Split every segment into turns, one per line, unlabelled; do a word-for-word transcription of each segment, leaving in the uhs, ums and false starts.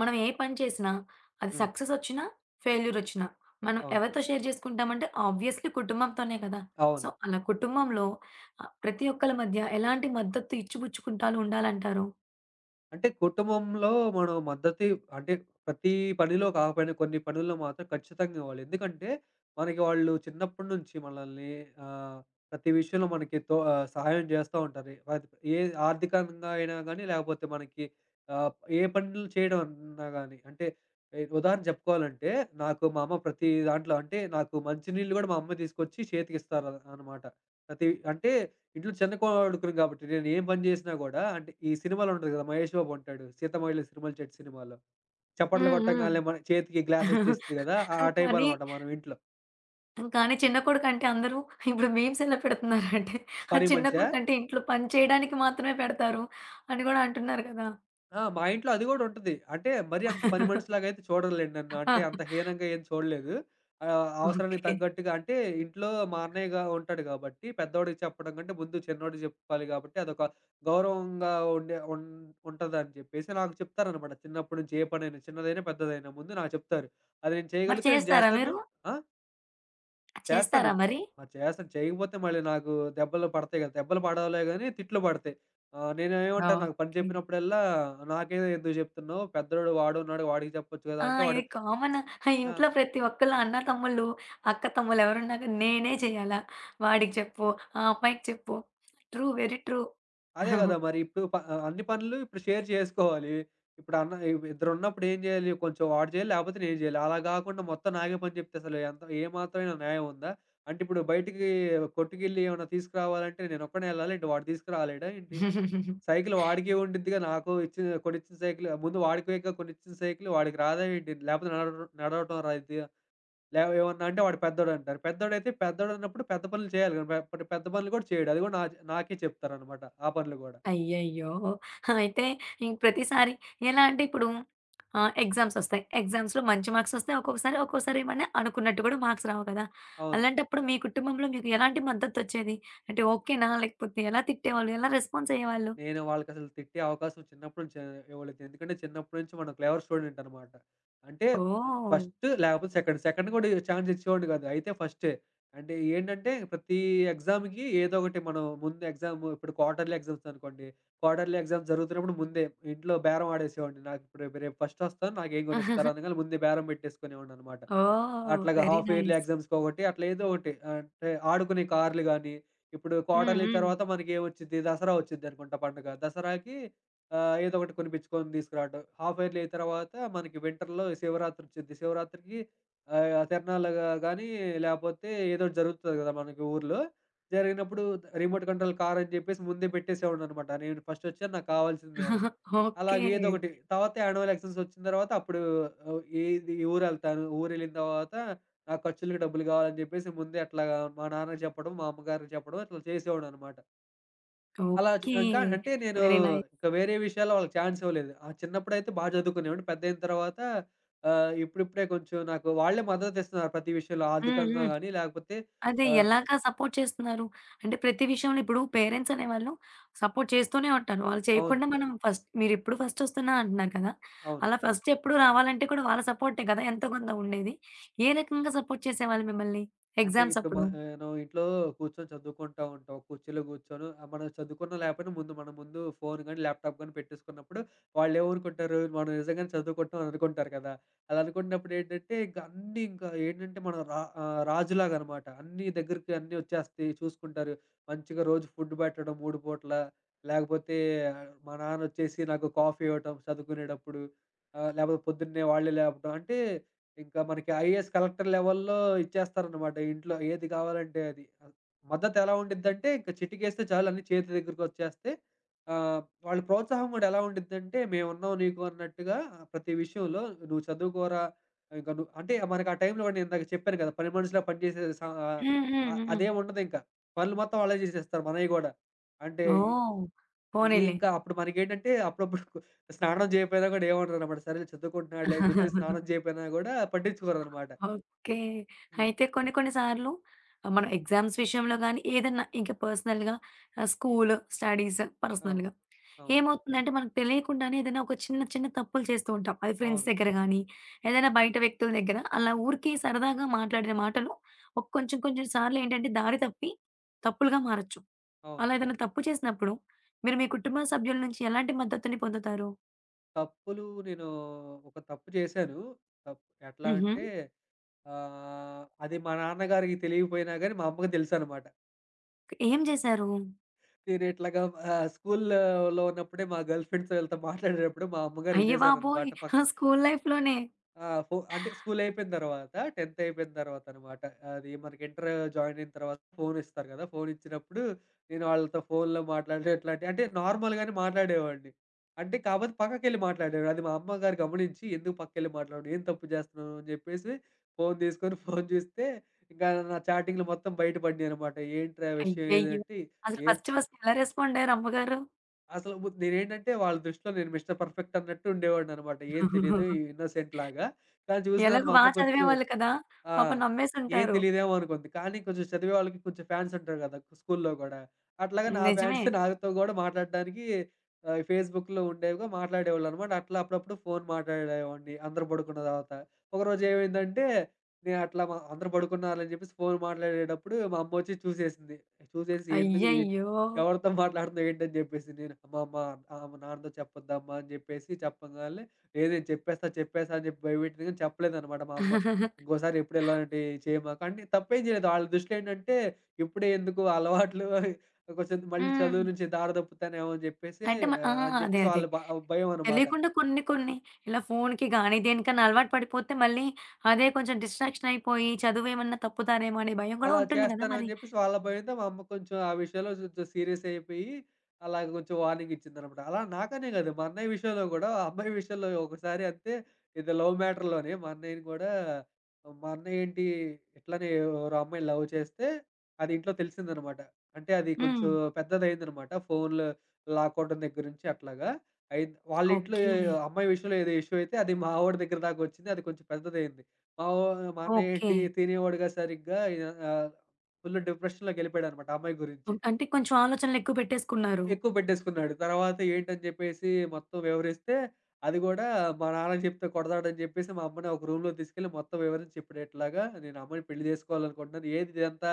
మనం ఏ పని చేసినా, అది
హ్మ్.
సక్సెస్ ఒచ్చినా, ఫెయిల్యూర్ ఒచ్చినా, మనం
అవును.
ఎవరితో షేర్ జేసుకుంటామంటే ఆబ్వియస్‌లీ కుటుంబంతోనే కదా! సో,
అవును.
అలా కుటుంబంలో ఆహ్, ప్రతి ఒక్కళ్ళ మధ్య ఎలాంటి మద్దతు ఇచ్చిపుచ్చుకుంటాలు ఉండాలంటారు?
అంటే కుటుంబంలో మనం మద్దతు ఇవ్- అంటే ప్రతి పనిలో కాకపోయినా కొన్ని పనుల్లో మాత్రం ఖచ్చితంగా ఇవ్వాలి. ఎందుకంటే మనకి వాళ్ళు చిన్నప్పటి నుంచి మనల్ని ఆహ్, ప్రతి విషయంలో మనకి తో ఆహ్, సహాయం చేస్తా ఉంటారు. అది ఏ ఆర్థికంగా అయినా గానీ, లేకపోతే మనకి ఆహ్, ఏ పనులు చేయడం అన్నా గానీ. అంటే ఎ ఉదాహరణ చెప్పుకోవాలంటే నాకు మా అమ్మ ప్రతి దాంట్లో అంటే నాకు మంచినీళ్ళు గూడా మా అమ్మే తీసుకొచ్చి చేతికిస్తారు అన్నమాట. ప్రతి అంటే ఇంట్లో చిన్న కొడుకుని కాబట్టి నేను ఏం పని చేసినా గూడా అంటే ఈ సినిమాలో ఉంటది కదా! 'మహేష్ బాబు' ఉంటాడు 'సీతమయిలే సిరిమల్లె చెట్టు' సినిమాలో. చప్పట్లు
హ్మ్. హ్మ్.
కొట్టంగాల్నే మన చేతికి గ్లాస్ వచ్చేసిద్ది కదా! ఆ టైప్
కానీ,
అనమాట మనం ఇంట్లో.
కానీ చిన్న కొడుకంటే అందరూ ఇప్పుడు మీమ్స్ ఎలా పెడుతున్నారంటే, ఆ
పని
చిన్న
మనిషా?
కొడుకంటే ఇంట్లో పని చేయడానికి మాత్రమే పెడతారు అని గూడా అంటున్నారు కదా!
ఆ! మా ఇంట్లో అది గూడా ఉంటది. అంటే మరీ అంత పని మనిషిలాగైతే చూడరులెండి నన్ను. అంటే అంత హీనంగా ఏం చూడలేదు. ఆహ్, అవసరానికి
ఓకే.
తగ్గట్టుగా అంటే ఇంట్లో మా అన్నయ్యగా ఉంటాడు గాబట్టి పెద్దోడికి చెప్పడం కంటే ముందు చిన్నోడికి జెప్పాలి గాబట్టి అదొక గౌరవంగా ఉండే ఉన్ ఉంటదని చెప్పేసి నాకు చెప్తారనమాట. చిన్నప్పటి నుంచి ఏ పనైనా చిన్నదైనా, పెద్దదైనా ముందు నాకు చెప్తారు. అది నేను
మరి
చేయగలిగితే నేను
చేస్తారా
జేస్తాను.
మీరు?
ఆ! చేస్తాను.
చేస్తారా మరి?
మరి చేస్తాను. చేయకపోతే మళ్ళీ నాకు దెబ్బలు పడతాయి కదా! దెబ్బలు పడవులే గానీ తిట్లు పడతాయి. ఆహ్, నేనేమంటాను నాకు పని
ఓకే.
చెప్పినప్పుడల్లా నాకే ఎందుకు చెప్తున్నావు? పెద్దోడు వాడున్నాడు వాడికి చెప్పొచ్చు కదా!
ఆ!
అంటే
ఇది
వాడు
కామన్.
ఆహ్,
ఇంట్లో ప్రతి ఒక్కళ్ళు అన్న, తమ్ముళ్ళు, అక్క, తమ్ముళ్ళు ఎవరున్నా గాని నేనే చేయాలా? వాడికి చెప్పు, ఆ అమ్మాయికి చెప్పు. ట్రూ. Very true.
అదే కదా! మరి ఇప్పుడు ప ఆహ్, అన్ని పనులు ఇప్పుడు షేర్ చేసుకోవాలి. ఇప్పుడు అన్న ఇ ఇద్దరున్నప్పుడు ఏం చేయాలి? కొంచెం వాడు చేయాలి లేకపోతే నేను చేయాలి. అలా గాకుండా మొత్తం నాకే పని చెప్తే అసలు ఎంత ఏ మాత్రమైన న్యాయం ఉందా? అంటే ఇప్పుడు బయటికి కొట్టుకెళ్ళి ఏమన్నా తీసుకురావాలంటే నేనొక్కడినే ఎళ్ళాలా ఏంటి? వాడు తీసుకురాలేడా ఏంటి? సైకిల్ వాడికే ఉండిద్దిగా. నాకు ఇచ్చిన కొనిచ్చిన సైకిల్ ముందు వాడికేగా కొనిచ్చిన సైకిల్ వాడికి రాదా ఏంటి? లేపోతే నడవడం నడవటం రాదు. లే ఏమన్నా అంటే వాడు పెద్దోడంటారు. పెద్దోడైతే పెద్దోడన్నప్పుడు పెద్ద పనులు చేయాలి కదా! పె పెద్ద పనులు కూడా చేయడు. అది కూడా నా నాకే చెప్తారనమాట. ఆ పనులు గూడా.
అయ్యయ్యో! అయితే ఇంక ప్రతిసారి ఎలా అంటే ఇప్పుడు ఆహ్, ఎగ్జామ్స్ ఒస్తాయి. ఎగ్జామ్స్‌లో మంచి మార్క్స్ ఒస్తాయి. ఒక్కొక్కసారి, ఒక్కోసారి ఏమన్నా అనుకున్నట్టు కూడా మార్క్స్ రావు కదా!
అవును.
అలాంటప్పుడు మీ కుటుంబంలో మీకు ఎలాంటి మద్దతొచ్చేది? అంటే ఓకేనా? లేకపోతే ఎలా తిట్టేవాళ్ళు? ఎలా రెస్పాన్స్ అయ్యేవాళ్ళు?
నేను వాళ్ళకసలు తిట్టే అవకాశం చిన్నప్పుడు నుంచి ఇవ్వలేదు. ఎందుకంటే చిన్నప్పటి నుంచి మనం క్లేవర్ స్టూడెంట్ అనమాట. అంటే
ఓహ్!
ఫస్ట్ లేకపోతే సెకండ్. సెకండ్ కూడా ఛాన్స్ ఇచ్చేవాడు కాదు. అయితే ఫస్టే. అంటే ఏంటంటే ప్రతి ఎగ్జామ్‌కి ఏదో ఒకటి మనం ముందు ఎగ్జామ్ ఇప్పుడు క్వార్టర్లీ ఎగ్జామ్స్ అనుకోండి. క్వార్టర్లీ ఎగ్జామ్స్ జరుగుతున్నప్పుడు ముందే ఇంట్లో బేరం ఆడేసేవాడిని. నాకు ఇప్పుడు రేపు రేపు ఫస్ట్ వస్తాను నాకేం కొనిస్తారు అనగానే ముందే బేరం పెట్టేసుకునేవాడిననమాట.
ఓహ్!
అట్లాగా
వెరీ
హాఫ్ ఇయర్లీ
నైస్.
ఎగ్జామ్స్‌కొకటి అట్లా ఏదో ఒకటి అంటే ఆడుకునే కార్లు గాని ఇప్పుడు
హ్మ్.
క్వార్టర్లీ
హ్మ్.
తర్వాత మనకేమొచ్చిద్ది? దసరా ఒచ్చిద్దనుకుంటా పండగ. దసరాకి ఆహ్, ఏదో ఒకటి కొనిపించుకొని తీసుకురావడం. హాఫ్ ఇయర్లీ తర్వాత మనకి వింటర్‌లో శివరాత్రి ఒచ్చిద్ది. శివరాత్రికి ఆహ్, తిరణాలుగా గానీ, లేపోతే ఏదో ఒకటి జరుగుతది గదా! మనకి ఊర్లో. జరిగినప్పుడు రిమోట్ కంట్రోల్ కార్ అని జెప్పేసి ముందే పెట్టేసేవాడిననమాట. నేను ఫస్ట్ ఒచ్చాను నాకు కావాల్సిందే అని.
ఓకే.
అలాగే ఏదో ఒకటి. తర్వాత యాన్యువల్ ఎలక్షన్స్ ఒచ్చిన తర్వాత అప్పుడు ఆహ్, ఈ ఈ ఊరెళ్తాను. ఊరెళ్ళిన తర్వాత నా ఖర్చులకి డబ్బులు కావాలని చెప్పేసి ముందే అట్లాగా మా నాన్నకి చెప్పడం, మా అమ్మగారికి చెప్పడం ఇట్లా చేసేవాడిననమాట. అలా చ్
ఓకే.
ఇంకా అంటే నేను
వెరీ నైస్.
ఇంకా వేరే విషయాల్లో వాళ్ళకి ఛాన్స్ ఇవ్వలేదు. ఆ! చిన్నప్పుడైతే బా చదువుకునేవాడిని. పెద్దయిన తర్వాత ఆహ్, ఇప్పుడిప్పుడే కొంచెం నాకు వాళ్ళే మద్దతిస్తున్నారు ప్రతి విషయంలో
హ్మ్.
ఆర్థికంగా
హ్మ్.
గానీ, లేకపోతే
అదే
ఆహ్
ఎలాగా సపోర్ట్ చేస్తున్నారు? అంటే ప్రతి విషయంలో ఇప్పుడు పేరెంట్స్ అనేవాళ్ళు సపోర్ట్ చేస్తూనే ఉంటారు. వాళ్ళు
అవును.
చేయకుండా మనం ఫస్ట్ మీరిప్పుడు ఫస్ట్ వస్తున్నా అంటున్నారు కదా!
అవును.
అలా ఫస్ట్ ఎప్పుడు రావాలంటే కూడా వాళ్ళ సపోర్టే కదా! ఎంతో కొంత ఉండేది. ఏ రకంగా సపోర్ట్ చేసేవాళ్ళు మిమ్మల్ని
అంటే
ఎగ్జామ్స్
ఇప్పుడు మ
అప్పుడు?
ఆహ్, మనం ఇంట్లో కూర్చొని చదువుకుంటా ఉంటాం. కుర్చీలో కూర్చొని ఆహ్, మనం చదువుకున్నా లేకపోయినా ముందు మన ముందు ఫోన్ గాని, ల్యాప్‌టాప్ గాని పెట్టేసుకున్నప్పుడు వాళ్ళేమనుకుంటారు, మనం నిజంగానే చదువుకుంటున్నాం అనుకుంటారు కదా! అలా అనుకున్నప్పుడు ఏంటంటే ఇంక అన్నీ ఇంకా ఏంటంటే మనం రా ఆహ్, రాజులాగనమాట. అన్నీ దగ్గరికి అన్నీ వచ్చేస్తాయి చూసుకుంటారు. మంచిగా రోజు ఫుడ్ పెట్టడం మూడు పూటల. లేకపోతే ఆ, మా నాన్నొచ్చేసి నాకు కాఫీ ఇవ్వటం చదువుకునేటప్పుడు. ఆహ్, లేకపోతే పొద్దున్నే వాళ్ళే లేపడం. అంటే ఇంకా మనకి ఐఏఎస్, కలెక్టర్ లెవెల్‌లో ఇచ్చేస్తారనమాట ఇంట్లో ఏది కావాలంటే అది. ఆహ్, మద్దతెలా ఉండిద్దంటే ఇంక చిటికేస్తే చాలు అన్నీ చేతి దగ్గరికొచ్చేస్తాయి. ఆహ్, వాళ్ళ ప్రోత్సాహం గూడా ఎలా ఉండిద్దంటే, "మేమున్నాం నీకు" అన్నట్టుగా ప్రతి విషయంలో "నువ్వు చదువుకోరా" ఇంక ను అంటే మనకు ఆ టైంలో నేను ఇందాక చెప్పాను కదా! పని మనిషిలా పనిచేసే స
హ్మ్. హ్మ్.
ఆహ్,
హ్మ్.
అదేం ఉండదింక. పనులు మొత్తం వాళ్ళే చేసేస్తారు మనయి గూడా. అంటే
ఓహ్!
ఈ
పోనీలే.
ఇంకా అప్పుడు మనకేంటంటే అప్పుడప్పుడు కు స్నానం చేయకపోయినా కూడా ఏమనరనమాట. సరేలే చదువుకుంటున్నాడులే అని చెప్పేసి స్నానం చేయకపోయినా గూడా పట్టించుకోరనమాట.
ఓకే.
హ్మ్.
అయితే కొన్ని కొన్ని సార్లు ఆహ్, మనం ఎగ్జామ్స్ విషయంలో గానీ, ఏదన్నా ఇంకా పర్సనల్‌గా ఆహ్, స్కూలు, స్టడీస్
అవును.
పర్సనల్‌గా
అవును.
ఏమవుతుందంటే, మనకు తెలియకుండానే ఏదైనా ఒక చిన్న చిన్న తప్పులు చేస్తూ ఉంటాం. అది ఫ్రెండ్స్
అవును.
దగ్గర గానీ, ఏదైనా బయట వ్యక్తుల దగ్గర అలా ఊరికే సరదాగా మాట్లాడిన మాటలు ఒక కొంచెం కొంచెం సార్లు ఏంటంటే దారి తప్పి తప్పులుగా మారొచ్చు.
అవును.
అలా ఏదైనా తప్పు చేసినప్పుడు మీరు మీ కుటుంబ సభ్యుల నుంచి ఎలాంటి మద్దతుని పొందుతారు?
తప్పులు నేను ఒక తప్పు చేశాను. తప్ ఎట్లా
హుహు.
అంటే ఆహ్, అది మా నాన్నగారికి తెలియకపోయినా గానీ మా అమ్మకి తెలుసనమాట.
ఏం చేశారు?
నేను ఇట్లాగా ఆహ్, స్కూల్‌లో ఉన్నప్పుడే మా గర్ల్ ఫ్రెండ్స్ వీళ్ళతో మాట్లాడేటప్పుడు మా అమ్మగారు
అయ్య బాబోయ్!
వినేసారనమాట. పక్కన
స్కూల్ లైఫ్‌లోనే.
ఆ! ఫో అంటే స్కూల్ అయిపోయిన తర్వాత 10థ్ అయిపోయిన తర్వాత అన్నమాట. అది మనకి ఇంటర్ జాయిన్ అయిన తర్వాత ఫోన్ ఇస్తారు కదా! ఫోన్ ఇచ్చినప్పుడు నేను వాళ్ళతో ఫోన్‌లో మాట్లాడడం ఇట్లాంటివి అంటే నార్మల్‌గానే మాట్లాడేవాడిని. అంటే కాకపోతే పక్కకెళ్ళి మాట్లాడేవాడిని. అది మా అమ్మగారు గమనించి "ఎందుకు పక్కకెళ్ళి మాట్లాడడం? ఏం తప్పు చేస్తున్నావు?" అని చెప్పేసి ఫోన్ తీసుకొని ఫోన్ చూస్తే ఇంకా నా చాటింగ్‌లు మొత్తం బయటపడినాయి అన్నమాట. ఏంట్రా విషయం
అయ్యయ్యో!
ఏదంటే
అసలు
ఏం
ఫస్ట్ ఫస్ట్ ఎలా రెస్పాండ్ అయ్యారు అమ్మగారు?
అసలు ము నేనేంటంటే వాళ్ళ దృష్టిలో నేను మిస్టర్ పర్ఫెక్ట్ అన్నట్టు ఉండేవాడినన్నమాట. ఏం తెలీదు ఇన్నోసెంట్ లాగా. కానీ చూసిన తర్వాత
ఎలాగో
మా
బా
అమ్మ కొంచెం
చదివేవాళ్ళు కదా!
ఆ!
పాపం
ఏం
నమ్మేసుంటారు.
తెలీదేమో అనుకుద్ది. కానీ కొంచెం చదివే వాళ్ళకి కొంచెం ఫ్యాన్స్ ఉంటారు గదా! స్కూల్లో గూడా. అట్లాగా నా
నిజమే.
ఫ్యాన్స్ నాతో గూడా మాట్లాడడానికి ఆహ్, ఫేస్‌బుక్‌లో ఉండేవిగా మాట్లాడేవాళ్ళనమాట. అట్లా అప్పుడప్పుడు ఫోను మాట్లాడేవాడిని అందరూ పడుకున్న తర్వాత. ఒకరోజు ఏమైందంటే, నేను అట్లా మా అందరూ పడుకున్నారని జెప్పేసి ఫోను మాట్లాడేటప్పుడు మా అమ్మొచ్చి చూసేసింది. చూసేసి "ఎందుకు ఈట్
అయ్యయ్యో!
ఎవరితో మాట్లాడుతున్నావు ఏంటి?" అని జెప్పేసి నేను "అమ్మ అమ్మ ఆహ్, మా నాన్నతో చెప్పొద్దమ్మా" అని జెప్పేసి చెప్పంగాల్నే "లేదు నేను చెప్పేస్తా, చెప్పేస్తా" అని జెప్పి భయపెట్టింది గానీ చెప్పలేదనమాట మా అమ్మ. ఇంకోసారి ఎప్పుడు ఇలాంటివి చేయమాక. అంటే తప్పేం చేయలేదు. ఆళ్ళ దృష్టిలో ఏంటంటే, ఇప్పుడే ఎందుకు ఆ అలవాట్లు కొంచెం మళ్ళీ
హ్మ్.
చదువు నుంచి దారి తప్పుతానేమో అని చెప్పేసి
అంటే మ ఆ!
ఆహ్, అని
అదే
చెప్పేసి
అదే.
వాళ్ళ బ భయం అనమాట.
తెలియకుండా కొన్ని కొన్ని ఇలా ఫోన్‌కి గానీ, దేనికన్నా అలవాటు పడిపోతే మళ్ళీ అదే కొంచెం డిస్ట్రాక్షన్ అయిపోయి చదువేమన్నా తప్పుతారేమో అనే భయం గూడా
అలా
ఉంటుంది గదా!
చేస్తానని
మరి.
జెప్పేసి వాళ్ళ భయంతో మా అమ్మ కొంచెం ఆ విషయంలో కొంచెం సీరియస్ అయిపోయి, అలాగ కొంచెం వార్నింగ్ ఇచ్చిందనమాట. అలా నాకనే గాదు మా అన్నయ్య విషయంలో గూడా, ఆ అమ్మాయి విషయంలో ఒకసారి అంతే ఇది లవ్ మ్యాటర్‌లోనే మా అన్నయ్యని గూడా మా అన్నయ్య ఏంటి ఇట్లనే ఎవరో అమ్మాయిని లవ్ చేస్తే అది ఇంట్లో తెలిసిందనమాట. అంటే అది కొంచెం
హ్మ్.
పెద్దదయిందనమాట. ఫోన్‌లు లాక్కోవడం దగ్గర నుంచి అట్లాగా అయింది. వాళ్ళ ఇంట్లో
ఓకే.
ఏ- అమ్మాయి విషయంలో ఏదో ఇష్యూ అయితే అది మా వోడి దగ్గర దాకా వచ్చింది. అది కొంచెం పెద్దదయింది. మా వో మా
ఓకే.
అన్నయ్యేంటి తినేవాడుగా సరిగ్గా ఇగ ఆహ్, ఫుల్ డిప్రెషన్‌లోకి ఎళ్ళిపోయాడనమాట ఆ అమ్మాయి గురించి.
ఓహ్! అంటే కొంచెం ఆలోచనలెక్కువ పెట్టేసుకున్నారు.
ఎక్కువ పెట్టేసుకున్నాడు. తర్వాత ఏంటని చెప్పేసి మొత్తం వివరిస్తే, అది గూడా మా నాన్నకి చెప్తే కొడతాడని చెప్పేసి మా అమ్మని ఒక రూమ్‌లో తీసుకెళ్ళి మొత్తం వివరించి చెప్పాడు. ఇట్లాగా నేను అమ్మని పెళ్లి చేసుకోవాలనుకుంటున్నాను. ఏది ఇదంతా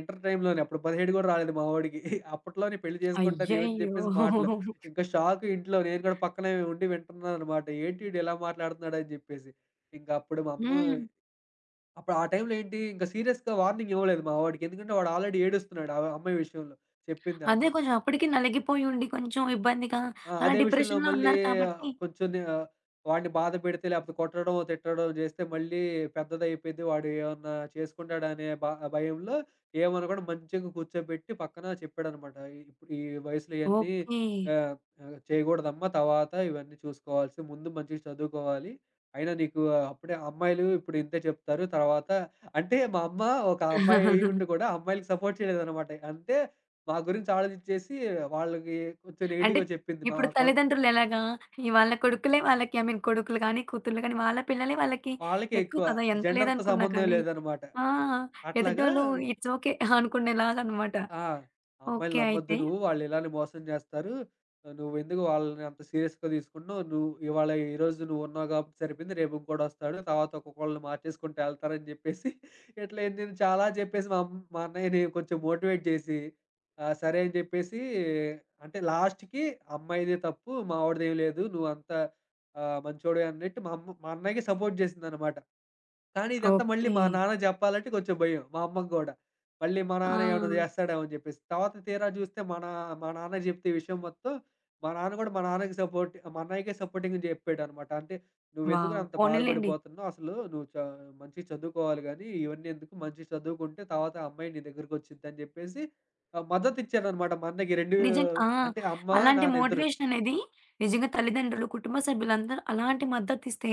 ఇంటర్ టైమ్‌లోనే అప్పుడు పదిహేడు గూడా రాలేదు మా వాడికి. అప్పట్లోనే పెళ్లి చేసుకుంటాను ఏవని
అయ్యయ్యో!
చెప్పేసి మాటలు. ఇంకా షాక్ ఇంట్లో. నేను కూడా పక్కనే ఉండి వింటున్నాననమాట. ఏంటి ఈడు ఇలా మాట్లాడుతున్నాడని జెప్పేసి. ఇంకప్పుడు మా అమ్మ
హ్మ్.
అప్పుడు ఆ టైంలో ఏంటి, ఇంక సీరియస్‌గా వార్నింగ్ ఇవ్వలేదు మా వాడికి. ఎందుకంటే వాడు ఆల్రెడీ ఏడుస్తున్నాడు. ఆ అమ్మాయి విషయంలో. చెప్పింది అమ్మ
అదే కొంచెం అప్పటికి నలిగిపోయి ఉండి కొంచెం ఇబ్బందిగా
ఆ!
అలా
అదే విషయంలో
డిప్రెషన్‌లో
మళ్ళీ
ఉన్నారు
ఆ,
కాబట్టి
కొంచెం నే ఆహ్, వాడిని బాధ పెడితే లేకపోతే కొట్టడం, తిట్టడం జేస్తే మళ్ళీ పెద్దదయిపోయిద్ది. వాడు ఏమన్నా చేసుకుంటాడనే బ భయంలో ఏమనకుండా మంచిగా కూర్చోబెట్టి పక్కన చెప్పాడనమాట. ఇప్పుడు ఈ వయసులో ఇయన్నీ
ఓకే.
ఆహ్, ఆహ్, చేయగూడదమ్మా. తర్వాత ఇవన్నీ చూసుకోవాల్సి ముందు మంచిగా చదువుకోవాలి. అయినా నీకు అప్పుడే అమ్మాయిలు ఇప్పుడు ఇంతే చెప్తారు. తర్వాత అంటే మా అమ్మ ఒక అమ్మాయి అయ్యుండి కూడా అమ్మాయిలకి సపోర్ట్ చేయలేదనమాట. అంటే మా గురించి ఆలోచించేసి వాళ్ళకి కొంచెం
అంటే
నెగెటివ్‌గా చెప్పింది. మా
ఇప్పుడు
కొ
తల్లిదండ్రులు ఎలాగా ఈ వాళ్ళ కొడుకులే వాళ్ళకి ఐ మీన్ కొడుకులు గాని, కూతుర్లు గాని వాళ్ళ పిల్లలే వాళ్ళకి
వాళ్ళకే
ఎక్కువ
ఎక్కువ
కదా! ఎంత
జెండర్‌తో
లేదనుకున్నా
సంబంధం
కానీ.
లేదనమాట.
ఆ!
అట్లాగా
ఎదుటోళ్ళు ఇట్స్ ఓకే అనుకునేలాగా అన్నమాట.
ఆ! అమ్మాయిలని
ఓకే
నమ్మొద్దు
అయితే.
నువ్వు. వాళ్ళు ఇలానే మోసం జేస్తారు. ఆహ్, నువ్వెందుకు వాళ్ళని అంత సీరియస్‌గా తీసుకుంటున్నావు. నువ్వు ఇవాళ ఈరోజు నువ్వున్నావు కాబట్టి సరిపోయింది. రేపు ఇంకోడొస్తాడు. తర్వాత ఒక్కొక్కళ్ళని మార్చేసుకుంటూ ఎళ్తారని జెప్పేసి ఇట్లా నేను చాలా జెప్పేసి మా అమ్ మా అన్నయ్యని కొంచెం మోటివేట్ జేసి ఆహ్, సరే అని జెప్పేసి అంటే లాస్ట్‌కి అమ్మాయిదే తప్పు. మావోడిదేం లేదు. నువ్వంతా ఆహ్, మంచోడివే అన్నట్టు మా అమ్మ మా అన్నయ్యకి సపోర్ట్ జేసిందనమాట. కానీ ఇదంతా మళ్ళీ
ఓకే.
మా నాన్న జెప్పాలంటే కొంచెం భయం. మా అమ్మకి గూడా. మళ్ళీ మా
ఆ!
నాన్న ఏమన్నా జేస్తాడేమో అని జెప్పేసి. తర్వాత తీరా జూస్తే మా నా మా నాన్నకి జెప్తే ఈ విషయం మొత్తం, మా నాన్న గూడా మా నాన్నకి సపోర్ట్ మా అన్నయ్యకే సపోర్టింగ్‌గా జెప్పాడనమాట. అంటే "నువ్వెందుకురా
వావ్!
అంత
పోనీలెండి.
బాధపడిపోతున్నావు? అసలు నువ్వు చ మంచిగా చదువుకోవాలి గానీ, ఇవన్నీ ఎందుకు? మంచిగా చదువుకుంటే తర్వాత ఆ అమ్మాయి నీ దగ్గరికొచ్చిద్దని" జెప్పేసి ఆహ్, మద్దతిచ్చాడనమాట మా అన్నయ్యకి. రెండు
నిజం ఆ!
అంటే అమ్మ,
అలాంటి
నాన్న ఇద్దరు.
మోటివేషన్ అనేది నిజంగా తల్లిదండ్రులు, కుటుంబ సభ్యులందరూ అలాంటి మద్దతిస్తే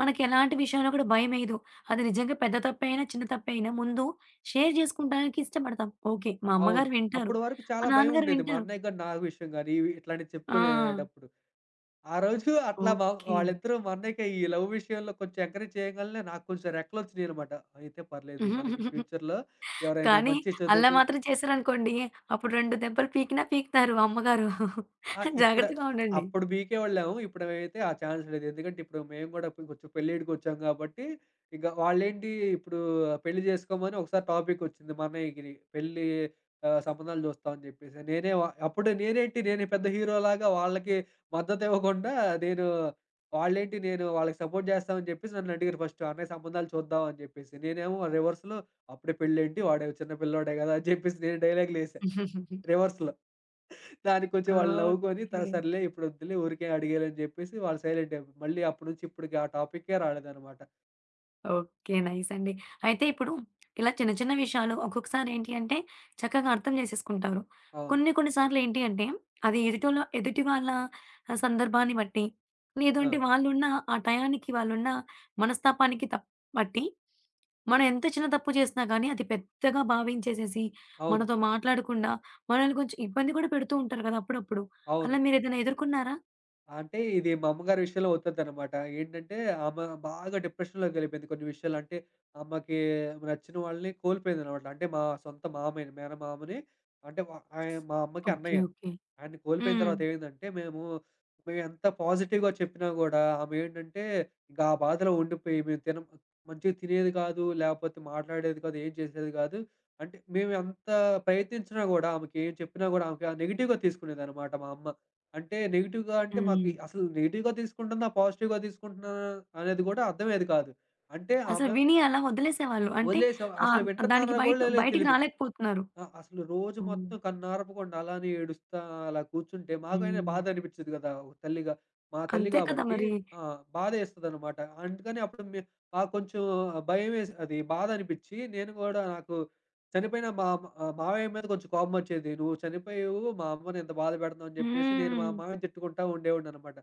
మనకి ఎలాంటి విషయంలో కూడా భయమేయదు. అది నిజంగా పెద్ద తప్పైనా, చిన్న తప్పైనా ముందు షేర్ జేసుకుంటానికి ఇష్టపడతాం. ఓకే. మా
అవును.
అమ్మగారు వింటారు.
అప్పటి వరకు
మా
చాలా భయం
నాన్నగారు
ఉండేది. మా
వింటారు.
అన్నయ్యకి గాని, నాకు విషయం గాని ఇవి ఇట్లాంటివి
ఆ!
చెప్పుకునేటప్పుడు. ఆ రోజు అట్లా మా
ఓకే.
వాళ్ళిద్దరూ మా అన్నయ్యకి ఈ లవ్ విషయంలో కొంచెం ఎంకరేజ్ చేయగలనే నాకు కొంచెం రెక్కలొచ్చినియనమాట. అయితే పర్లేదు మనకి ఫ్యూచర్‌లో ఎవరైనా
కానీ
మంచి
అలా
చదువుకు
మాత్రం చేశారనుకోండి, అప్పుడు రెండు దెబ్బలు పీకినా పీకుతారు అమ్మగారు.
ఆ! ఇప్పుడు
జాగ్రత్తగా ఉండండి.
అప్పుడు పీకేవాళ్ళేమో ఇప్పుడైతే ఆ ఛాన్స్ లేదు. ఎందుకంటే ఇప్పుడు మేము గూడా ఇప్పుడు కొంచెం పెళ్ళిడికొచ్చాం గాబట్టి, ఇక వాళ్ళేంటి ఇప్పుడు పెళ్లి జేసుకోమని ఒకసారి టాపికొచ్చింది మా అన్నయ్యకి పెళ్లి ఆహ్, సంబంధాలు జూస్తాం అని జెప్పేసి. నేనే వ అప్పుడు నేనేంటి నేను పెద్ద హీరోలాగా వాళ్ళకి మద్దతివ్వకుండా నేను వాళ్ళేంటి నేను వాళ్ళకి సపోర్ట్ జేస్తామని జెప్పేసి నన్నడిగారు ఫస్ట్ అన్నయ్య సంబంధాలు చూద్దాం అని జెప్పేసి. నేనేమో రివర్స్‌లో అప్పుడే పెళ్ళేంటి వాడు చిన్న పిల్లోడే గదా! అని జెప్పేసి నేను డైలాగులేసా రివర్స్‌లో. దానికి కొంచెం వాళ్ళు నవ్వుకొని త
ఓకే.
సర్లే ఇప్పుడొద్దులే ఊరికే అడిగేలే అని జెప్పేసి వాళ్ళు సైలెంట్ అయిపోయారు. మళ్ళీ అప్పటి నుంచి ఇప్పటికి ఆ టాపిక్కే రాలేదనమాట.
ఓకే. నైస్ అండి. అయితే ఇప్పుడు ఇలా చిన్న చిన్న విషయాలు ఒక్కొక్కసారి ఏంటి అంటే చక్కగా అర్థం చేసేసుకుంటారు.
అవును.
కొన్ని కొన్ని సార్లు ఏంటి అంటే అది ఎదుటోళ్ళ ఎదుటి వాళ్ళ ఆహ్, సందర్భాన్ని బట్టి
ఆ!
లేదంటే వాళ్ళున్న ఆ టయానికి వాళ్ళున్న మనస్తాపానికి తప్ బట్టి మనం ఎంత చిన్న తప్పు చేసినా గానీ అది పెద్దగా భావించేసేసి
అవును.
మనతో మాట్లాడకుండా మనల్ని కొంచెం ఇబ్బంది కూడా పెడుతూ ఉంటారు కదా! అప్పుడప్పుడు.
అవును.
అలా మీరేదైనా ఎదుర్కొన్నారా?
అంటే ఇది మా అమ్మగారి విషయంలో అవుతదనమాట. ఏంటంటే ఆమె బాగా డిప్రెషన్‌లోకెళ్ళిపోయింది కొన్ని విషయాలు. అంటే ఆమెకి నచ్చిన వాళ్ళని కోల్పోయిందనమాట. అంటే మా సొంత మామయ్యని, మేనమామని అంటే వ ఆయన మా అమ్మకి
ఓకే.
అన్నయ్య.
ఓకే.
ఆయన్ని కోల్పోయిన
హ్మ్.
తర్వాత ఏమైందంటే మేము మేమెంత పాజిటివ్‌గా చెప్పినా గూడా ఆమె ఏంటంటే ఇంకా ఆ బాధలో ఉండిపోయి మేము తినం మంచిగా తినేది కాదు, లేపోతే మాట్లాడేది కాదు, ఏం చేసేది కాదు. అంటే మేమెంత ప్రయత్నించినా గూడా ఆమెకి ఏం చెప్పినా గూడా ఆమెకి నెగెటివ్‌గా తీసుకునేదనమాట మా అమ్మ. అంటే నెగెటివ్‌గా అంటే మాకు
హ్మ్.
అసలు నెగెటివ్‌గా తీసుకుంటున్నా, పాజిటివ్‌గా తీసుకుంటున్నానా అనేది గూడా అర్థమయ్యేది కాదు. అంటే
అసలు
ఆమె
విని అలా వదిలేసేవాళ్ళు. అంటే
వదిలేసాం. అసలు
ఆహ్,
వింటున్నారో
దానికి
గూడా
బయట
లేదో
బయటికి
తెలీదు.
రాలేకపోతున్నారు.
ఆ! అసలు రోజు
హ్మ్.
మొత్తం కన్నార్పకుండా అలానే ఏడుస్తా అలా కూర్చుంటే మాకైనా
హ్మ్.
బాధ అనిపిచ్చేది గదా! ఒక తల్లిగా. మా తల్లి
అంతే కదా!
గాబట్టి
మరి.
ఆ! బాధేస్తదనమాట. అందుకని అప్పుడు మే మాకు కొంచెం భయమేసి అది బాధ అనిపిచ్చి నేను గూడా నాకు చనిపోయిన మా మ ఆహ్, మావయ్య మీద కొంచెం కోపమొచ్చేది. "నువ్వు చనిపోయావు, మా అమ్మని ఇంత బాధ పెడుతున్నావు" అని జెప్పేసి నేను మా
హ్మ్.
మావయ్యని తిట్టుకుంటా ఉండేవాడిననమాట.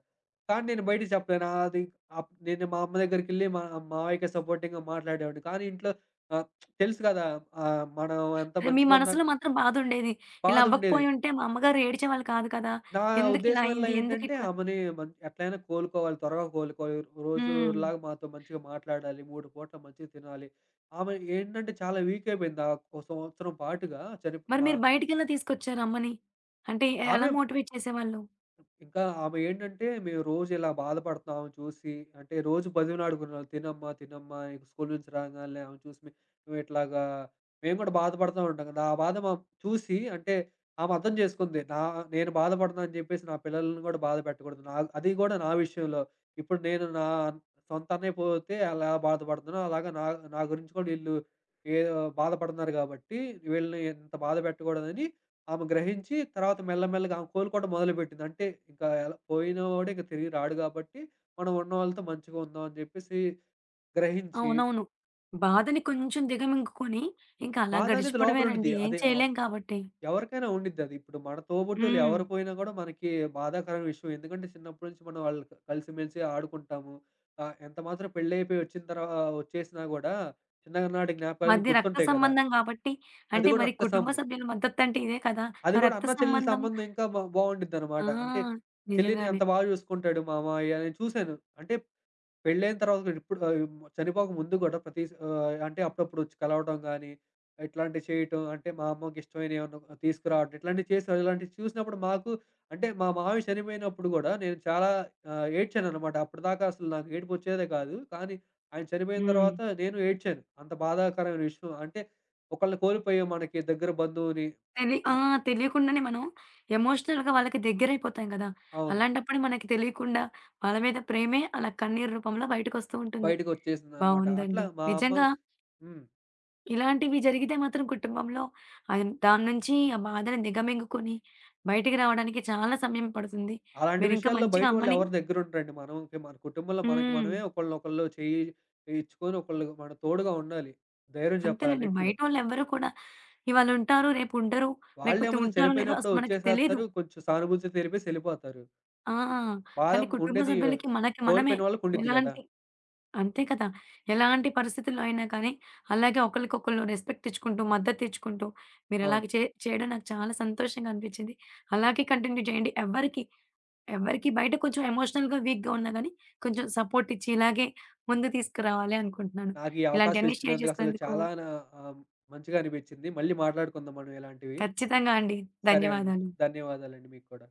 కానీ నేను బయటికి చెప్పలేను. అది అప్ నేను మా అమ్మ దగ్గరికెళ్ళి మా మావయ్యకి సపోర్టింగ్‌గా మాట్లాడేవాడిని. కానీ ఇంట్లో ఆహ్, తెలుసు కదా! ఆహ్, మనం ఎంత
అదే మీ
మంచిగున్నా
మనసులో మాత్రం బాధుండేది. ఇలా
బాధుండేది.
అవ్వకపోయుంటే మా అమ్మగారు ఏడ్చేవాళ్ళు కాదు కదా!
నా
ఎందుకిలా
ఉద్దేశం వల్ల
అయింది?
ఏంటంటే,
ఎందుకిట్లా
ఆమెని మన్ ఎట్లైనా కోలుకోవాలి, త్వరగా కోలుకోవాలి.
హ్మ్.
రోజులాగా మాతో మంచిగా మాట్లాడాలి, మూడు పూటలు మంచిగా తినాలి. ఆమె ఏంటంటే చాలా వీక్ అయిపోయింది. ఆహ్, ఒక సంవత్సరం పాటుగా చనిప్
మరి
మా
మీరు బయటికెలా తీసుకొచ్చారు అమ్మని? అంటే ఎ-
ఆమె
ఎలా మోటివేట్ చేసేవాళ్ళు?
ఇంకా ఆమె ఏంటంటే, మేము రోజు ఇలా బాధపడుతున్నాం ఆమెను చూసి, అంటే రోజు బతిమిలాడుకునేవాళ్ళం. తినమ్మా, తినమ్మా ఇక స్కూల్ నుంచి రాగాలనే ఆమెను చూసి మే మేము ఇట్లాగా మేము కూడా బాధపడతా ఉంటాం కదా! ఆ బాధ మా చూసి అంటే ఆమె అర్థం చేసుకుంది. నా నేను బాధపడుతున్నాను అని చెప్పేసి నా పిల్లల్ని కూడా బాధ పెట్టకూడదు. నా అది కూడా నా విషయంలో. ఇప్పుడు నేను నా సొంత అన్నయ్య పోతే ఎలా బాధపడుతున్నానో అలాగా నా నా గురించి కూడా వీళ్ళు ఏదో బాధపడుతున్నారు కాబట్టి వీళ్ళని ఇంత బాధ పెట్టకూడదని ఆమె గ్రహించి తర్వాత మెల్లమెల్లగా ఆమె కోలుకోవడం మొదలుపెట్టింది. అంటే ఇంకా ఎలా పోయినవాడు ఇంక తిరిగి రాడు గాబట్టి, మనం ఉన్నవాళ్ళతో మంచిగా ఉందాం అని జెప్పేసి గ్రహించి
అవునవును. బాధని కొంచెం దిగమింగుకొని,
హ్మ్.
ఇంక అలా
బాధ అనేది లోపల ఉండిద్ది.
గడిచిపోవడమేనండి. ఏం
అది ఆహ్,
చేయలేం కాబట్టి.
ఎవరికైనా ఉండిద్ది అది. ఇప్పుడు మన తోబుట్టువులు
హ్మ్.
ఎవరు పోయినా గూడా మనకి బాధాకరమైన విషయం. ఎందుకంటే చిన్నప్పటి నుంచి మనం వాళ్ళు కలిసిమెలిసి ఆడుకుంటాము. ఆహ్, ఎంత మాత్రం పెళ్లయిపోయి వచ్చిన తర్వా వచ్చేసినా గూడా చిన్ననాటి జ్ఞాపకాలన్నీ
అది రక్త
గుర్తుంటాయి గదా!
సంబంధం గాబట్టి,
అది
అంటే
గూడా
మరి
రక్త సం
కుటుంబ సభ్యుల మద్దతంటే ఇదే కదా!
అది
ఆ
గూడా
రక్త
అన్నా చెల్లెల
సంబంధం
సంబంధం ఇంకా బా
ఆ!
బావుండిద్దనమాట. అంటే చెల్లిని
నిజంగానే.
అంత బాగా చూసుకుంటాడు మా మామయ్య నేను చూసాను. అంటే పెళ్ళైన తర్వాత గూడా ఇప్పుడు ఆహ్, చనిపోక ముందు గూడా ప్రతి ఆహ్, అంటే అప్పుడప్పుడు వచ్చి కలవటం గానీ, ఇట్లాంటివి చేయటం అంటే మా అమ్మకి ఇష్టమైనవి ఏమన్నా తీసుకురావడం ఇట్లాంటివి చేసారు. ఇలాంటివి చూసినప్పుడు మాకు అంటే మా మామయ్య చనిపోయినప్పుడు గూడా నేను చాలా ఆహ్, ఏడ్చాననమాట. అప్పటిదాకా అసలు నాకు ఏడుపొచ్చేదే కాదు. కానీ ఆయన చనిపోయిన
హ్మ్.
తర్వాత నేను ఏడ్చాను. అంత బాధాకరమైన విషయం. అంటే ఒకళ్ళని కోల్పోయాం మనకి దగ్గర బంధువుని.
తెలి
అ
ఆ! తెలియకుండానే మనం ఎమోషనల్‌గా వాళ్ళకి దగ్గరైపోతాం గదా!
అవును.
అలాంటప్పుడు మనకి తెలియకుండా వాళ్ళ మీద ప్రేమే అలా కన్నీరు రూపంలో బయటకొస్తూ ఉంటుంది.
బయటకొచ్చేసిందనమాట. అట్లా
బావుందండి.
మా అమ్మ
నిజంగా
హ్మ్.
ఇలాంటివి జరిగితే మాత్రం కుటుంబంలో అన్ దాని నుంచి ఆ బాధని దిగమింగుకొని బయటికి రావడానికి చాలా సమయం పడుతుంది.
అలాంటి
మీరింకా
విషయాల్లో
మంచిగా
బయట వాళ్ళు
అమ్మని
ఎవరి దగ్గరుండరండి. మనకి మన కుటుంబంలో మనకి
హ్మ్.
మనమే ఒకళ్ళనొకళ్ళు చెయ్యి ఇచ్చుకొని ఒకళ్ళు మన తోడుగా ఉండాలి. ధైర్యం చెప్పాలి
అంతేనండి.
అన్నిట్లో.
బయటోళ్ళెవ్వరు కూడా ఇవాళుంటారు, రేపుండరు, లేకపోతే
వాళ్ళేముంది
ఉంటారో లేదో
చనిపోయినప్పుడు
అసలు మనకి తెలీదు.
వచ్చేసేత్తారు. కొంచెం సానుభూతి తెలిపేసి ఎళ్ళిపోతారు.
ఆ!
బాధ
కానీ కుటుంబ
ఉండేది
సభ్యులకి మనకి మనమే
కోల్పోయిన వాళ్ళకి ఉండిద్ది గదా!
ఎలాంటి అంతే కదా! ఎలాంటి పరిస్థితుల్లో అయినా కానీ అలాగే ఒకళ్ళకొకళ్ళు రెస్పెక్ట్ ఇచ్చుకుంటూ, మద్దతిచ్చుకుంటూ మీరలాగ
అవును.
చే చేయడం నాకు చాలా సంతోషంగా అనిపిచ్చింది. అలాగే కంటిన్యూ చేయండి. ఎవ్వరికి, ఎవ్వరికి బయట కొంచెం ఎమోషనల్‌గా వీక్‌గా ఉన్నా గానీ కొంచెం సపోర్ట్ ఇచ్చి ఇలాగే ముందుకు తీసుకురావాలి అనుకుంటున్నాను.
నాకు ఈ అవకాశం
ఇలాంటియన్నీ షేర్
ఇచ్చినందుకు అసలు
చేసుకున్నందుకు
చాలా నా ఆహ్, మంచిగా అనిపిచ్చింది. మళ్ళీ మాట్లాడుకుందాం మనం ఇలాంటివి.
ఖచ్చితంగా అండి.
సరే అండి.
ధన్యవాదాలు.
ధన్యవాదాలండి మీకు కూడా.